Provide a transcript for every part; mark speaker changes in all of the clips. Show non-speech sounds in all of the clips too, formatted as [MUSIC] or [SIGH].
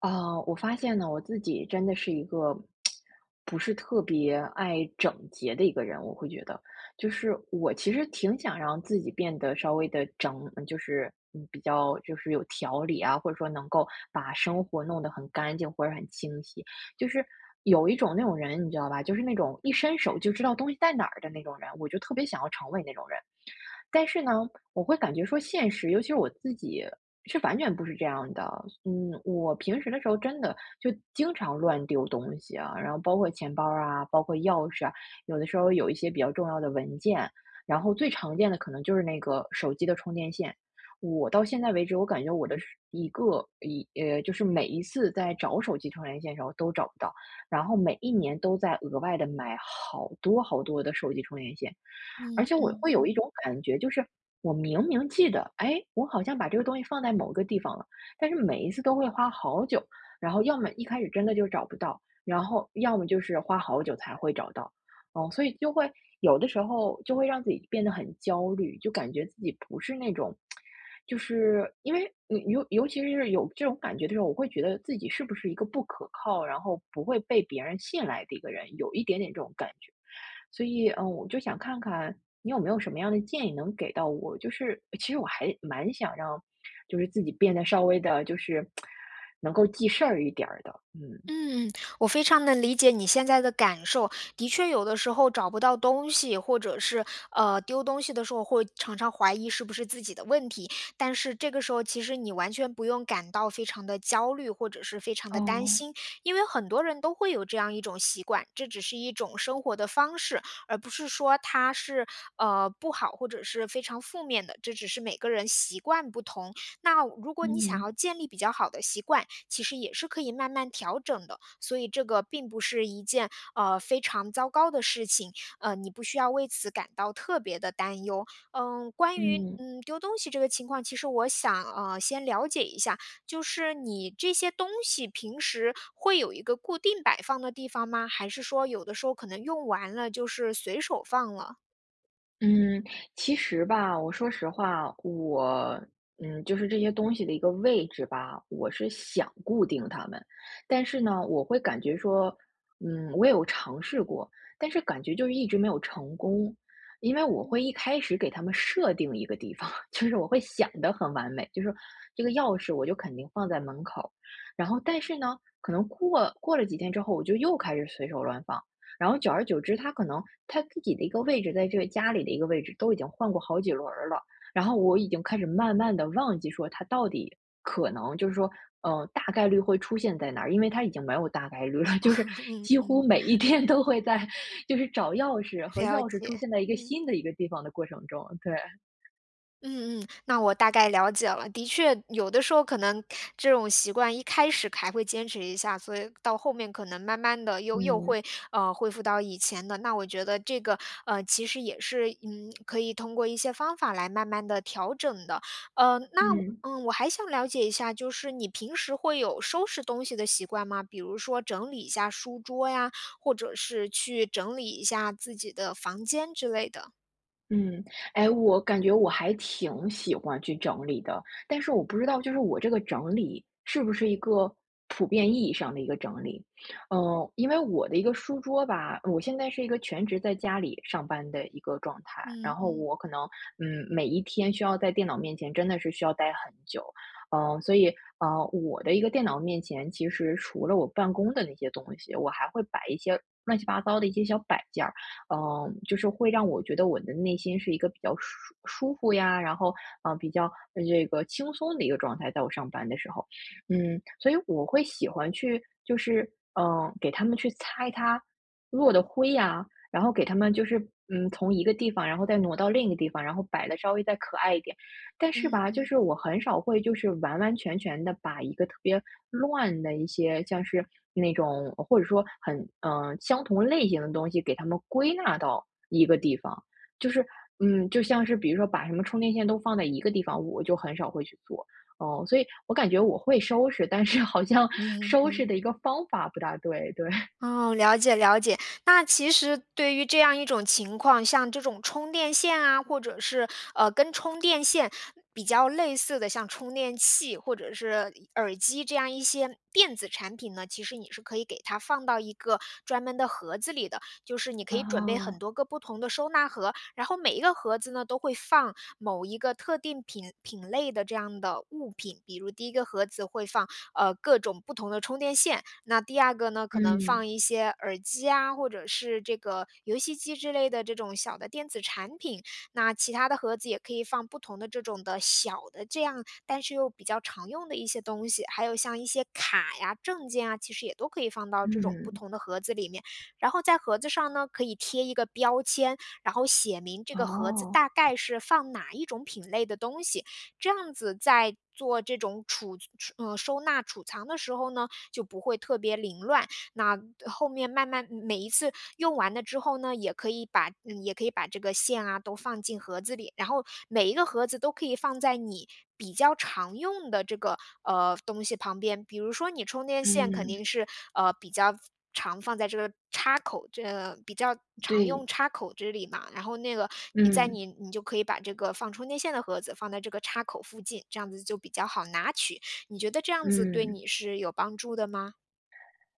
Speaker 1: 啊，我发现呢，我自己真的是一个不是特别爱整洁的一个人，我会觉得，就是我其实挺想让自己变得稍微的整，就是比较就是有条理啊，或者说能够把生活弄得很干净或者很清晰，就是有一种那种人，你知道吧，就是那种一伸手就知道东西在哪儿的那种人，我就特别想要成为那种人。但是呢，我会感觉说现实，尤其是我自己是完全不是这样的。嗯，我平时的时候真的就经常乱丢东西啊，然后包括钱包啊，包括钥匙啊，有的时候有一些比较重要的文件，然后最常见的可能就是那个手机的充电线。我到现在为止，我感觉我的是一个一呃，就是每一次在找手机充电线的时候都找不到，然后每一年都在额外的买好多好多的手机充电线。而
Speaker 2: 嗯
Speaker 1: 且我
Speaker 2: 嗯
Speaker 1: 会有一种感觉，就是我明明记得，哎，我好像把这个东西放在某个地方了，但是每一次都会花好久，然后要么一开始真的就找不到，然后要么就是花好久才会找到，哦，所以就会有的时候就会让自己变得很焦虑，就感觉自己不是那种，就是因为你尤其是有这种感觉的时候，我会觉得自己是不是一个不可靠，然后不会被别人信赖的一个人，有一点点这种感觉。所以，我就想看看你有没有什么样的建议能给到我。就是其实我还蛮想让，就是自己变得稍微的，就是能够记事儿一点儿的。嗯。
Speaker 2: 嗯，我非常能理解你现在的感受。的确，有的时候找不到东西，或者是丢东西的时候，会常常怀疑是不是自己的问题。但是这个时候，其实你完全不用感到非常的焦虑，或者是非常的担
Speaker 1: 哦，
Speaker 2: 心，因为很多人都会有这样一种习惯，这只是一种生活的方式，而不是说它是不好或者是非常负面的。这只是每个人习惯不同，那如果你想
Speaker 1: 嗯
Speaker 2: 要建立比较好的习惯，其实也是可以慢慢调整的，所以这个并不是一件非常糟糕的事情，你不需要为此感到特别的担忧。嗯，关于
Speaker 1: 嗯，
Speaker 2: 嗯丢东西这个情况，其实我想先了解一下，就是你这些东西平时会有一个固定摆放的地方吗？还是说有的时候可能用完了就是随手放了？
Speaker 1: 嗯，其实吧，我说实话，我就是这些东西的一个位置吧，我是想固定它们，但是呢，我会感觉说，我也有尝试过，但是感觉就是一直没有成功，因为我会一开始给他们设定一个地方，[LAUGHS] 就是我会想得很完美，就是这个钥匙我就肯定放在门口，然后但是呢，可能过了几天之后，我就又开始随手乱放。然后久而久之，他可能他自己的一个位置，在这个家里的一个位置都已经换过好几轮儿了。然后我已经开始慢慢的忘记说他到底可能就是说，大概率会出现在哪儿，因为他已经没有大概率了，[LAUGHS] 就是
Speaker 2: [LAUGHS] 嗯
Speaker 1: 几
Speaker 2: 嗯，
Speaker 1: 乎每一天都会在就是找钥匙和
Speaker 2: 了
Speaker 1: 钥匙出
Speaker 2: 解，
Speaker 1: 现在一个
Speaker 2: 嗯。
Speaker 1: 新的一个地方的过程中，对，
Speaker 2: 嗯嗯，那我大概了解了。的确，有的时候可能这种习惯一开始还会坚持一下，所以到后面可能慢慢的又
Speaker 1: 嗯，
Speaker 2: 会恢复到以前的。那我觉得这个其实也是嗯可以通过一些方法来慢慢的调整的。那我
Speaker 1: 嗯。
Speaker 2: 嗯我还想了解一下，就是你平时会有收拾东西的习惯吗？比如说整理一下书桌呀，或者是去整理一下自己的房间之类的。
Speaker 1: 嗯，哎，我感觉我还挺喜欢去整理的，但是我不知道，就是我这个整理是不是一个普遍意义上的一个整理？嗯，因为我的一个书桌吧，我现在是一个全职在家里上班的一个状态，然
Speaker 2: 嗯
Speaker 1: 后
Speaker 2: 嗯
Speaker 1: 我可能每一天需要在电脑面前真的是需要待很久，嗯，所以我的一个电脑面前其实除了我办公的那些东西，我还会摆一些乱七八糟的一些小摆件儿。嗯，就是会让我觉得我的内心是一个比较舒服呀，然后比较这个轻松的一个状态，在我上班的时候，嗯，所以我会喜欢去就是给他们去擦一擦落的灰呀，然后给他们就是从一个地方，然后再挪到另一个地方，然后摆的稍微再可爱一点。但是
Speaker 2: 嗯
Speaker 1: 吧，就
Speaker 2: 嗯
Speaker 1: 是我很少会就是完完全全的把一个特别乱的一些，像是那种或者说很相同类型的东西给它们归纳到一个地方。就是，嗯，就像是比如说把什么充电线都放在一个地方，我就很少会去做。哦，所以我感觉我会收拾，但是好像
Speaker 2: 嗯
Speaker 1: 收拾
Speaker 2: 嗯。
Speaker 1: 的一个方法不大对，对。
Speaker 2: 哦，了解了解。那其实对于这样一种情况，像这种充电线啊，或者是跟充电线比较类似的，像充电器或者是耳机这样一些电子产品呢，其实你是可以给它放到一个专门的盒子里的，就是你可以准备很
Speaker 1: 哦，
Speaker 2: 多个不同的收纳盒，然后每一个盒子呢都会放某一个特定品类的这样的物品，比如第一个盒子会放各种不同的充电线。那第二个呢，可能
Speaker 1: 嗯，
Speaker 2: 放一些耳机啊，或者是这个游戏机之类的这种小的电子产品。那其他的盒子也可以放不同的这种的小的这样，但是又比较常用的一些东西，还有像一些卡呀、证件啊，其实也都可以放到这种不
Speaker 1: 嗯，
Speaker 2: 同的盒子里面。然后在盒子上呢，可以贴一个标签，然后写明这个盒子
Speaker 1: 哦，
Speaker 2: 大概是放哪一种品类的东西。这样子在做这种储收纳储藏的时候呢，就不会特别凌乱。那后面慢慢每一次用完了之后呢，也可以把嗯，也可以把这个线啊都放进盒子里，然后每一个盒子都可以放在你比较常用的这个东西旁边。比如说你充电线肯
Speaker 1: 嗯，
Speaker 2: 定是比较常放在这个插口这比较。常
Speaker 1: 对，
Speaker 2: 用插口这里嘛，然后那个你在
Speaker 1: 嗯，
Speaker 2: 你你就可以把这个放充电线的盒子放在这个插口附近，这样子就比较好拿取。你觉得这样子对
Speaker 1: 嗯。
Speaker 2: 你是有帮助的吗？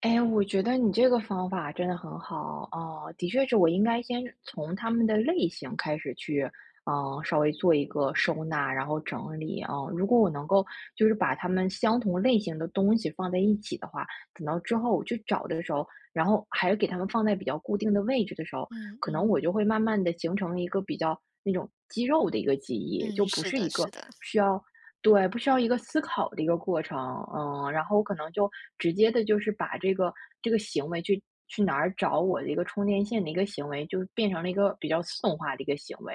Speaker 1: 哎，我觉得你这个方法真的很好，哦。的确是我应该先从他们的类型开始去，嗯，稍微做一个收纳，然后整理，啊，如果我能够就是把他们相同类型的东西放在一起的话，等到之后我去找的时候，然后还给他们放在比较固定的位置的时候，
Speaker 2: 嗯
Speaker 1: 可能我
Speaker 2: 嗯
Speaker 1: 就会慢慢的形成一个比较那种肌肉的一个记忆，就
Speaker 2: 嗯，
Speaker 1: 不
Speaker 2: 是
Speaker 1: 是一
Speaker 2: 的，
Speaker 1: 个
Speaker 2: 是的，
Speaker 1: 需要对，不需要一个思考的一个过程，嗯，然后我可能就直接的，就是把这个这个行为去哪儿找我的一个充电线的一个行为，就变成了一个比较自动化的一个行为。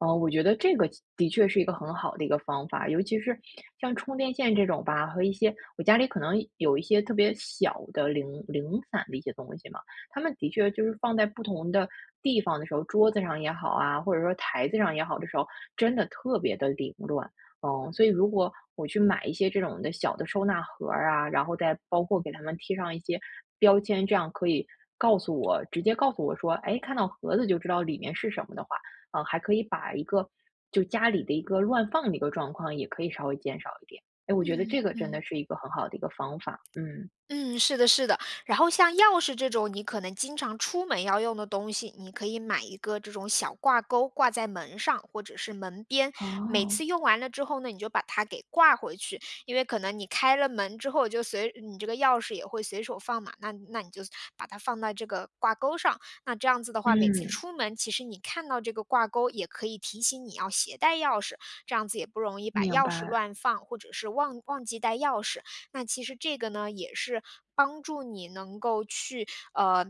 Speaker 1: 嗯，我觉得这个的确是一个很好的一个方法，尤其是像充电线这种吧，和一些我家里可能有一些特别小的零散的一些东西嘛，他们的确就是放在不同的地方的时候，桌子上也好啊，或者说台子上也好的时候，真的特别的凌乱。哦，所以如果我去买一些这种的小的收纳盒儿啊，然后再包括给他们贴上一些标签，这样可以告诉我直接告诉我说，哎，看到盒子就知道里面是什么的话，啊，还可以把一个就家里的一个乱放的一个状况也可以稍微减少一点。哎，我觉得这个真的
Speaker 2: 嗯。
Speaker 1: 是一个很好的一个方法，嗯。
Speaker 2: 嗯，是的，是的。然后像钥匙这种你可能经常出门要用的东西，你可以买一个这种小挂钩挂在门上或者是门边，每
Speaker 1: 哦。
Speaker 2: 次用完了之后呢，你就把它给挂回去，因为可能你开了门之后就随你这个钥匙也会随手放嘛，那你就把它放到这个挂钩上，那这样子的话，每次
Speaker 1: 嗯，
Speaker 2: 出门其实你看到这个挂钩也可以提醒你要携带钥匙，这样子也不容易把
Speaker 1: 明
Speaker 2: 钥匙
Speaker 1: 白，
Speaker 2: 乱放或者是忘记带钥匙。那其实这个呢，也是帮助你能够去，呃，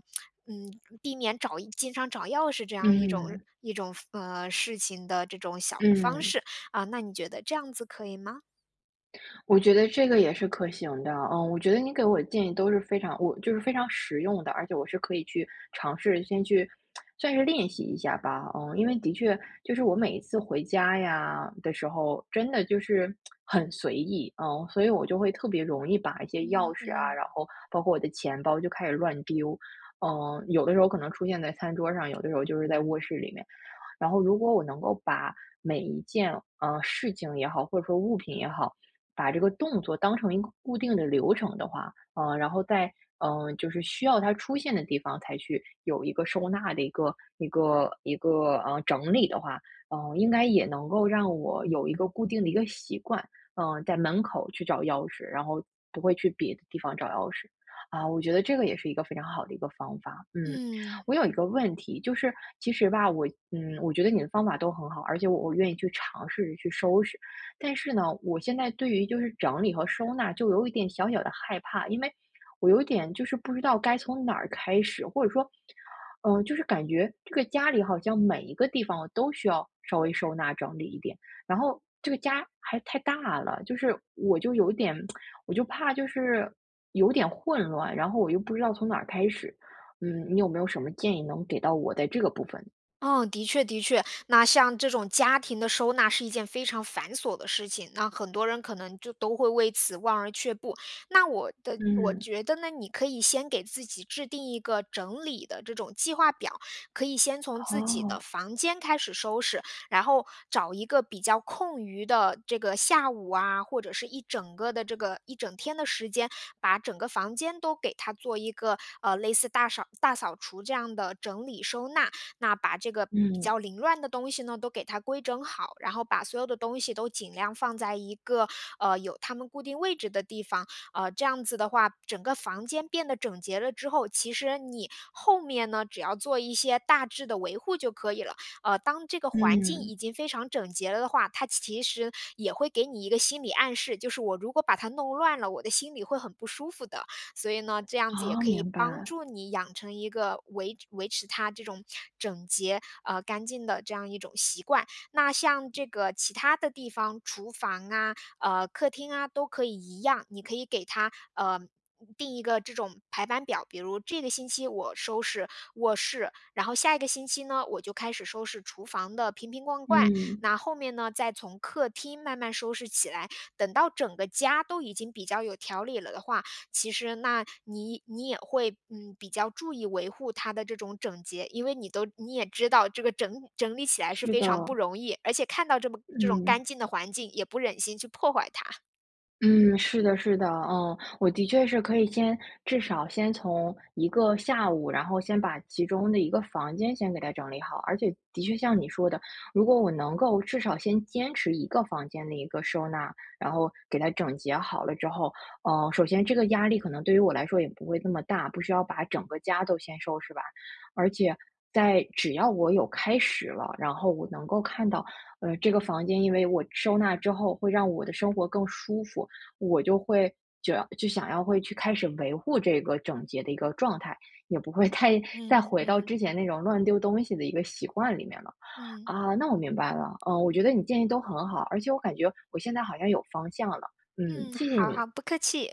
Speaker 2: 嗯，避免经常找钥匙这样一种
Speaker 1: 嗯，
Speaker 2: 一种，事情的这种小的方
Speaker 1: 嗯。
Speaker 2: 式，啊，那你觉得这样子可以吗？
Speaker 1: 我觉得这个也是可行的，嗯，我觉得你给我的建议都是非常我就是非常实用的，而且我是可以去尝试先去算是练习一下吧，嗯，因为的确就是我每一次回家呀的时候，真的就是很随意，嗯，所以我就会特别容易把一些钥
Speaker 2: 嗯
Speaker 1: 匙啊，
Speaker 2: 嗯。
Speaker 1: 然后包括我的钱包就开始乱丢，嗯，有的时候可能出现在餐桌上，有的时候就是在卧室里面。然后如果我能够把每一件事情也好，或者说物品也好，把这个动作当成一个固定的流程的话，然后在就是需要它出现的地方才去有一个收纳的一个整理的话，应该也能够让我有一个固定的一个习惯，嗯、在门口去找钥匙，然后不会去别的地方找钥匙啊，我觉得这个也是一个非常好的一个方法，嗯。
Speaker 2: 嗯。
Speaker 1: 我有一个问题，就是其实吧，我我觉得你的方法都很好，而且我愿意去尝试着去收拾。但是呢，我现在对于就是整理和收纳就有一点小小的害怕，因为我有一点就是不知道该从哪儿开始，或者说，就是感觉这个家里好像每一个地方我都需要稍微收纳整理一点，然后这个家还太大了，就是我就有点，我就怕就是有点混乱，然后我又不知道从哪儿开始。嗯，你有没有什么建议能给到我在这个部分？
Speaker 2: 嗯，的确的确，那像这种家庭的收纳是一件非常繁琐的事情，那很多人可能就都会为此望而却步。那我
Speaker 1: 嗯，
Speaker 2: 觉得呢，你可以先给自己制定一个整理的这种计划表，可以先从自己的
Speaker 1: 哦，
Speaker 2: 房间开始收拾，然后找一个比较空余的这个下午啊，或者是一整个的这个一整天的时间，把整个房间都给它做一个类似大扫除这样的整理收纳。那把这个比
Speaker 1: 嗯。
Speaker 2: 较凌乱的东西呢，都给它规整好，然后把所有的东西都尽量放在一个有它们固定位置的地方，这样子的话，整个房间变得整洁了之后，其实你后面呢，只要做一些大致的维护就可以了。当这个环境
Speaker 1: 嗯，
Speaker 2: 已经非常整洁了的话，它其实也会给你一个心理暗示，就是我如果把它弄乱了，我的心里会很不舒服的。所以呢，这样子也
Speaker 1: 哦，
Speaker 2: 可以
Speaker 1: 明
Speaker 2: 帮
Speaker 1: 白，
Speaker 2: 助你养成一个维持它这种整洁、干净的这样一种习惯。那像这个其他的地方，厨房啊、客厅啊，都可以一样，你可以给它定一个这种排班表，比如这个星期我收拾卧室，然后下一个星期呢，我就开始收拾厨房的瓶瓶罐罐，
Speaker 1: 嗯，
Speaker 2: 那后面呢，再从客厅慢慢收拾起来。等到整个家都已经比较有条理了的话，其实那你也会，嗯，比较注意维护它的这种整洁，因为你也知道这个整理起来是
Speaker 1: 是
Speaker 2: 非常
Speaker 1: 的，
Speaker 2: 不容易，而且看到这么这种
Speaker 1: 嗯。
Speaker 2: 干净的环境，也不忍心去破坏它。
Speaker 1: 嗯，是的，是的，嗯，我的确是可以先至少先从一个下午，然后先把其中的一个房间先给它整理好。而且的确像你说的，如果我能够至少先坚持一个房间的一个收纳，然后给它整洁好了之后，呃，首先这个压力可能对于我来说也不会那么大，不需要把整个家都先收拾完。而且在只要我有开始了，然后我能够看到，呃，这个房间因为我收纳之后会让我的生活更舒服。我就会就要就想要会去开始维护这个整洁的一个状态，也不会太再
Speaker 2: 嗯
Speaker 1: 回到
Speaker 2: 嗯。
Speaker 1: 之前那种乱丢东西的一个习惯里面了。
Speaker 2: 嗯，
Speaker 1: 啊，那我明白了，嗯，我觉得你建议都很好，而且我感觉我现在好像有方向了，嗯，
Speaker 2: 嗯，
Speaker 1: 谢谢
Speaker 2: 好
Speaker 1: 你。
Speaker 2: 好，不客气。